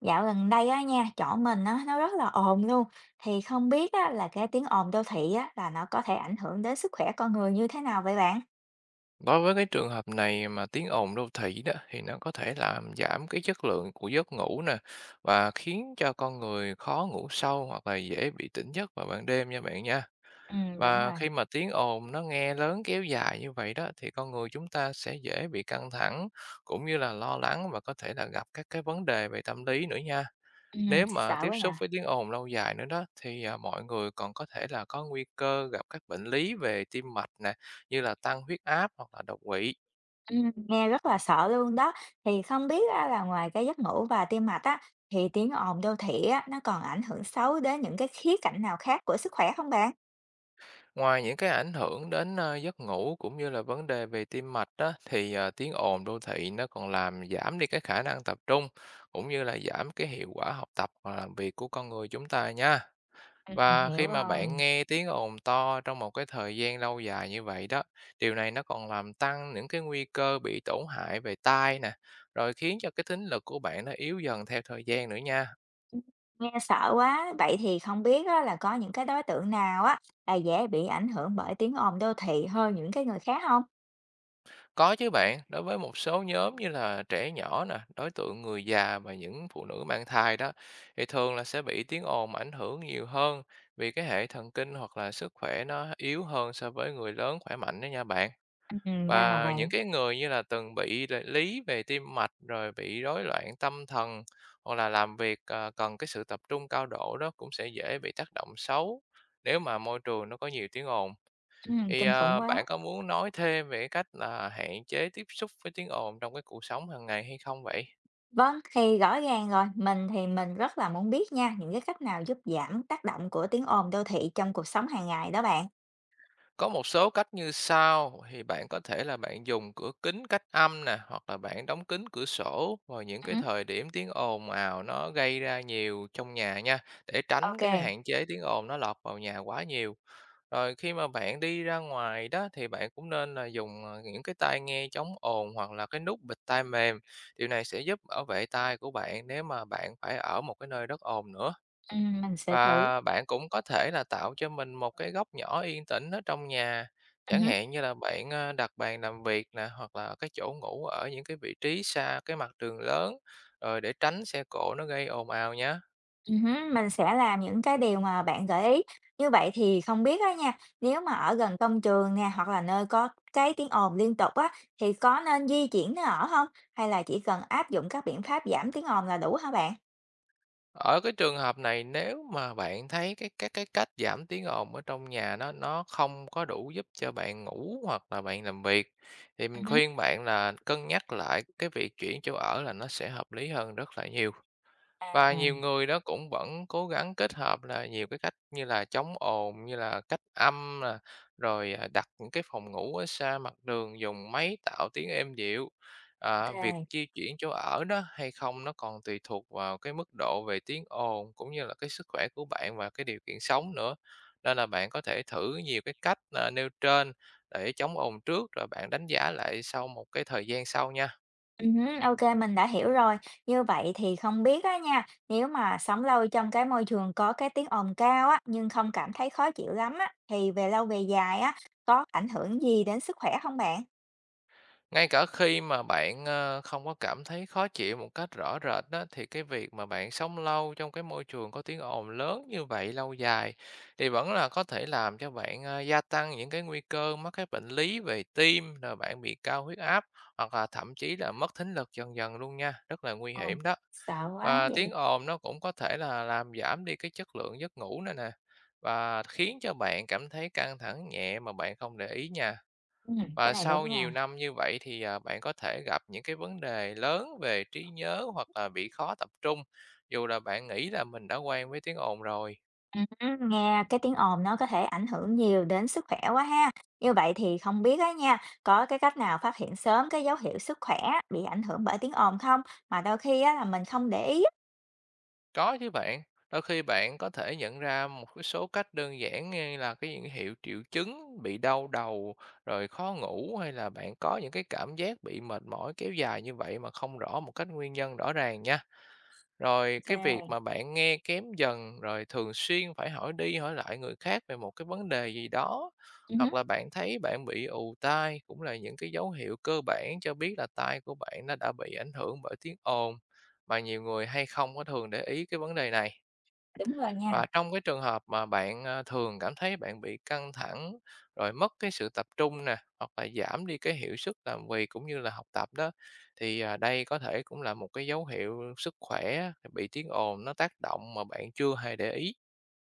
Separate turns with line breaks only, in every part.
Dạo gần đây á nha, chỗ mình á, nó rất là ồn luôn. Thì không biết á, là cái tiếng ồn đô thị á, là nó có thể ảnh hưởng đến sức khỏe con người như thế nào vậy bạn?
Đối với cái trường hợp này mà tiếng ồn đô thị đó thì nó có thể làm giảm cái chất lượng của giấc ngủ nè, và khiến cho con người khó ngủ sâu hoặc là dễ bị tỉnh giấc vào ban đêm nha bạn nha.
Ừ, đúng
Và
rồi.
khi mà tiếng ồn nó nghe lớn kéo dài như vậy đó thì con người chúng ta sẽ dễ bị căng thẳng, cũng như là lo lắng và có thể là gặp các cái vấn đề về tâm lý nữa nha.
Ừ,
Nếu mà
sợ
tiếp
quá nhỉ.
xúc với tiếng ồn lâu dài nữa đó thì mọi người còn có thể là có nguy cơ gặp các bệnh lý về tim mạch nè, như là tăng huyết áp hoặc là đột quỵ.
Ừ, Ừ, nghe rất là sợ luôn đó. Thì không biết á, là ngoài cái giấc ngủ và tim mạch á, thì tiếng ồn đô thị á, nó còn ảnh hưởng xấu đến những cái khía cạnh nào khác của sức khỏe không bạn?
Ngoài những cái ảnh hưởng đến, giấc ngủ cũng như là vấn đề về tim mạch á, thì, tiếng ồn đô thị nó còn làm giảm đi cái khả năng tập trung, cũng như là giảm cái hiệu quả học tập và làm việc của con người chúng ta nha.
Ừ,
Và
hiểu
khi mà bạn
rồi.
nghe tiếng ồn to trong một cái thời gian lâu dài như vậy đó, điều này nó còn làm tăng những cái nguy cơ bị tổn hại về tai nè, rồi khiến cho cái thính lực của bạn nó yếu dần theo thời gian nữa nha.
Nghe sợ quá. Vậy thì không biết á, là có những cái đối tượng nào á, là dễ bị ảnh hưởng bởi tiếng ồn đô thị hơn những cái người khác không?
Có chứ bạn, đối với một số nhóm như là trẻ nhỏ nè, đối tượng người già và những phụ nữ mang thai đó, thì thường là sẽ bị tiếng ồn ảnh hưởng nhiều hơn vì cái hệ thần kinh hoặc là sức khỏe nó yếu hơn so với người lớn khỏe mạnh đó nha bạn.
Ra là
Và những
vậy.
cái người như là lý về tim mạch rồi bị rối loạn tâm thần, hoặc là làm việc cần cái sự tập trung cao độ đó cũng sẽ dễ bị tác động xấu nếu mà môi trường nó có nhiều tiếng ồn. Thì,
Kinh khủng
bạn
quá.
có muốn nói thêm về cái cách là hạn chế tiếp xúc với tiếng ồn trong cái cuộc sống hàng ngày hay không vậy?
Vâng, thì rõ ràng rồi, mình thì mình rất là muốn biết nha, những cái cách nào giúp giảm tác động của tiếng ồn đô thị trong cuộc sống hàng ngày đó bạn.
Có một số cách như sau, thì bạn có thể là bạn dùng cửa kính cách âm nè, hoặc là bạn đóng kín cửa sổ vào những cái
Hứm,
thời điểm tiếng ồn ào nó gây ra nhiều trong nhà nha, để tránh cái
ô
hạn chế tiếng ồn nó lọt vào nhà quá nhiều. Rồi khi mà bạn đi ra ngoài đó thì bạn cũng nên là dùng những cái tai nghe chống ồn hoặc là cái nút bịt tai mềm. Điều này sẽ giúp bảo vệ tai của bạn nếu mà bạn phải ở một cái nơi rất ồn nữa.
mình sẽ thử.
Và bạn cũng có thể là tạo cho mình một cái góc nhỏ yên tĩnh ở trong nhà, chẳng
Hứm,
hạn như là bạn, đặt bàn làm việc nè, hoặc là cái chỗ ngủ ở những cái vị trí xa cái mặt đường lớn, rồi để tránh xe cộ nó gây ồn ào nhá.
hứm, mình sẽ làm những cái điều mà bạn gợi ý. Như vậy thì không biết á nha, nếu mà ở gần công trường nè, hoặc là nơi có cái tiếng ồn liên tục á, thì có nên di chuyển nơi ở không? Hay là chỉ cần áp dụng các biện pháp giảm tiếng ồn là đủ hả bạn?
Ở cái trường hợp này, nếu mà bạn thấy các cái cách giảm tiếng ồn ở trong nhà nó không có đủ giúp cho bạn ngủ hoặc là bạn làm việc, thì mình
Hứm,
khuyên bạn là cân nhắc lại cái việc chuyển chỗ ở là nó sẽ hợp lý hơn rất là nhiều.
à,
Và nhiều
ô.
người đó cũng vẫn cố gắng kết hợp là nhiều cái cách như là chống ồn, như là cách âm nè, rồi, đặt những cái phòng ngủ ở xa mặt đường, dùng máy tạo tiếng êm dịu. À, việc di chuyển chỗ ở đó hay không nó còn tùy thuộc vào cái mức độ về tiếng ồn, cũng như là cái sức khỏe của bạn và cái điều kiện sống nữa. Nên là bạn có thể thử nhiều cái cách, nêu trên để chống ồn trước, rồi bạn đánh giá lại sau một cái thời gian sau nha.
Hứm, ok, mình đã hiểu rồi. Như vậy thì không biết á nha, nếu mà sống lâu trong cái môi trường có cái tiếng ồn cao á, nhưng không cảm thấy khó chịu lắm á, thì về lâu về dài á, có ảnh hưởng gì đến sức khỏe không bạn?
Ngay cả khi mà bạn, không có cảm thấy khó chịu một cách rõ rệt đó, thì cái việc mà bạn sống lâu trong cái môi trường có tiếng ồn lớn như vậy lâu dài thì vẫn là có thể làm cho bạn, gia tăng những cái nguy cơ mắc các bệnh lý về tim, rồi bạn bị cao huyết áp, hoặc là thậm chí là mất thính lực dần dần luôn nha, rất là nguy
Ờ,
hiểm đó.
sợ quá
Và tiếng
vậy.
ồn nó cũng có thể là làm giảm đi cái chất lượng giấc ngủ nữa nè, và khiến cho bạn cảm thấy căng thẳng nhẹ mà bạn không để ý nha.
Ừm, cái
Và
này
sau
đúng
nhiều
nha.
năm như vậy thì, bạn có thể gặp những cái vấn đề lớn về trí nhớ hoặc là bị khó tập trung, dù là bạn nghĩ là mình đã quen với tiếng ồn rồi.
Ừm, nghe cái tiếng ồn nó có thể ảnh hưởng nhiều đến sức khỏe quá ha. Như vậy thì không biết á nha, có cái cách nào phát hiện sớm cái dấu hiệu sức khỏe bị ảnh hưởng bởi tiếng ồn không? Mà đôi khi á là mình không để ý á.
Có chứ bạn, đôi khi bạn có thể nhận ra một cái số cách đơn giản, như là cái những hiệu triệu chứng bị đau đầu, rồi khó ngủ, hay là bạn có những cái cảm giác bị mệt mỏi kéo dài như vậy mà không rõ một cách nguyên nhân rõ ràng nha. Rồi cái việc
Kê.
mà bạn nghe kém dần, rồi thường xuyên phải hỏi đi hỏi lại người khác về một cái vấn đề gì đó,
Ừm,
hoặc là bạn thấy bạn bị ù tai, cũng là những cái dấu hiệu cơ bản cho biết là tai của bạn nó đã bị ảnh hưởng bởi tiếng ồn, mà nhiều người hay không có thường để ý cái vấn đề này.
đúng rồi nha.
Và trong cái trường hợp mà bạn, thường cảm thấy bạn bị căng thẳng, rồi mất cái sự tập trung nè, hoặc là giảm đi cái hiệu suất làm việc cũng như là học tập đó, thì, đây có thể cũng là một cái dấu hiệu sức khỏe bị tiếng ồn nó tác động mà bạn chưa hề để ý.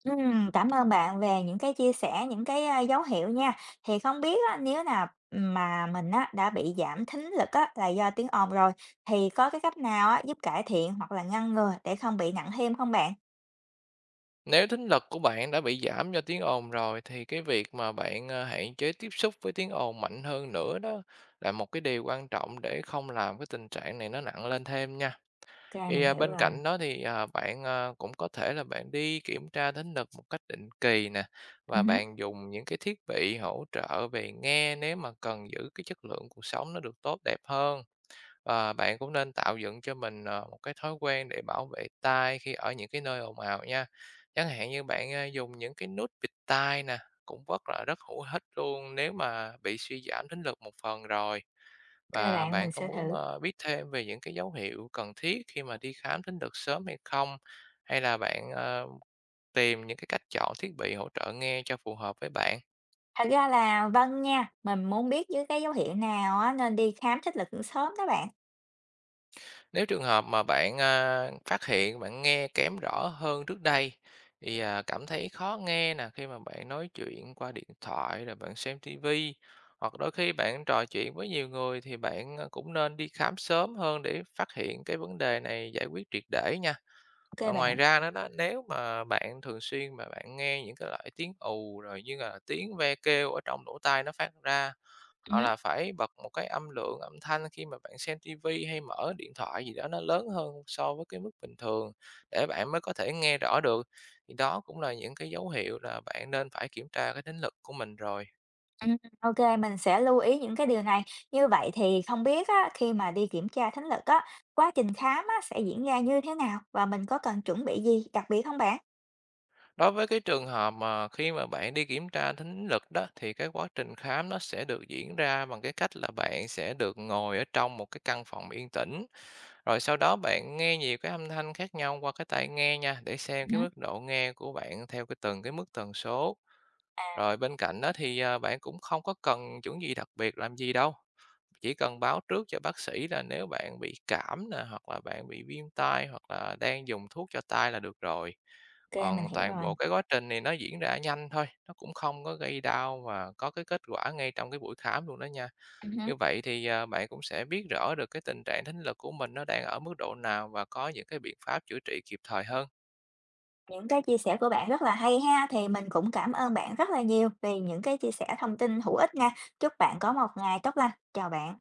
Cảm ơn bạn về những cái chia sẻ, những cái, dấu hiệu nha. Thì không biết á, nếu nào mà mình á, đã bị giảm thính lực á, là do tiếng ồn rồi, thì có cái cách nào á, giúp cải thiện hoặc là ngăn ngừa để không bị nặng thêm không bạn?
Nếu thính lực của bạn đã bị giảm do tiếng ồn rồi, thì cái việc mà bạn, hạn chế tiếp xúc với tiếng ồn mạnh hơn nữa đó là một cái điều quan trọng để không làm cái tình trạng này nó nặng lên thêm nha.
Kê,
Thì,
mình hiểu
bên
rồi.
cạnh đó thì, bạn, cũng có thể là bạn đi kiểm tra thính lực một cách định kỳ nè, và
Hứm,
bạn dùng những cái thiết bị hỗ trợ về nghe nếu mà cần giữ cái chất lượng cuộc sống nó được tốt đẹp hơn. Và bạn cũng nên tạo dựng cho mình, một cái thói quen để bảo vệ tai khi ở những cái nơi ồn ào nha. Chẳng hạn như bạn, dùng những cái nút bịt tai nè, cũng rất hữu ích luôn nếu mà bị suy giảm thính lực một phần rồi.
kê
Và
bạn,
bạn
mình
có
sẽ
muốn,
thử.
biết thêm về những cái dấu hiệu cần thiết khi mà đi khám thính lực sớm hay không? Hay là bạn, tìm những cái cách chọn thiết bị hỗ trợ nghe cho phù hợp với bạn?
Thật ra là vâng nha, mình muốn biết dưới cái dấu hiệu nào á, nên đi khám thích lực sớm đó bạn.
Nếu trường hợp mà bạn, phát hiện bạn nghe kém rõ hơn trước đây, thì, cảm thấy khó nghe nè, khi mà bạn nói chuyện qua điện thoại, rồi bạn xem tivi, hoặc đôi khi bạn trò chuyện với nhiều người, thì bạn, cũng nên đi khám sớm hơn để phát hiện cái vấn đề này, giải quyết triệt để nha.
Ô kê
Và ngoài
bạn.
ra nữa đó, nếu mà bạn thường xuyên mà bạn nghe những cái loại tiếng ù, rồi như là tiếng ve kêu ở trong lỗ tai nó phát ra, hoặc là phải bật một cái âm thanh khi mà bạn xem tivi hay mở điện thoại gì đó nó lớn hơn so với cái mức bình thường để bạn mới có thể nghe rõ được, thì đó cũng là những cái dấu hiệu là bạn nên phải kiểm tra cái thính lực của mình rồi.
Ô mình sẽ lưu ý những cái điều này. Như vậy thì không biết á, khi mà đi kiểm tra thính lực á, quá trình khám á, sẽ diễn ra như thế nào và mình có cần chuẩn bị gì đặc biệt không bạn?
Đối với cái trường hợp mà khi mà bạn đi kiểm tra thính lực đó, thì cái quá trình khám nó sẽ được diễn ra bằng cái cách là bạn sẽ được ngồi ở trong một cái căn phòng yên tĩnh, rồi sau đó bạn nghe nhiều cái âm thanh khác nhau qua cái tai nghe nha, để xem cái
Ừm,
mức độ nghe của bạn theo cái từng cái mức tần số.
à,
Rồi bên cạnh đó thì, bạn cũng không có cần chuẩn gì đặc biệt làm gì đâu. Chỉ cần báo trước cho bác sĩ là nếu bạn bị cảm nè, hoặc là bạn bị viêm tai, hoặc là đang dùng thuốc cho tai là được rồi.
ô mình
Còn
hiểu
toàn
rồi.
bộ cái quá trình này nó diễn ra nhanh thôi, nó cũng không có gây đau và có cái kết quả ngay trong cái buổi khám luôn đó nha.
Hứm,
Như vậy thì, bạn cũng sẽ biết rõ được cái tình trạng thính lực của mình nó đang ở mức độ nào và có những cái biện pháp chữa trị kịp thời hơn.
những cái chia sẻ của bạn rất là hay ha, thì mình cũng cảm ơn bạn rất là nhiều vì những cái chia sẻ thông tin hữu ích nha. Chúc bạn có một ngày tốt lành. Chào bạn.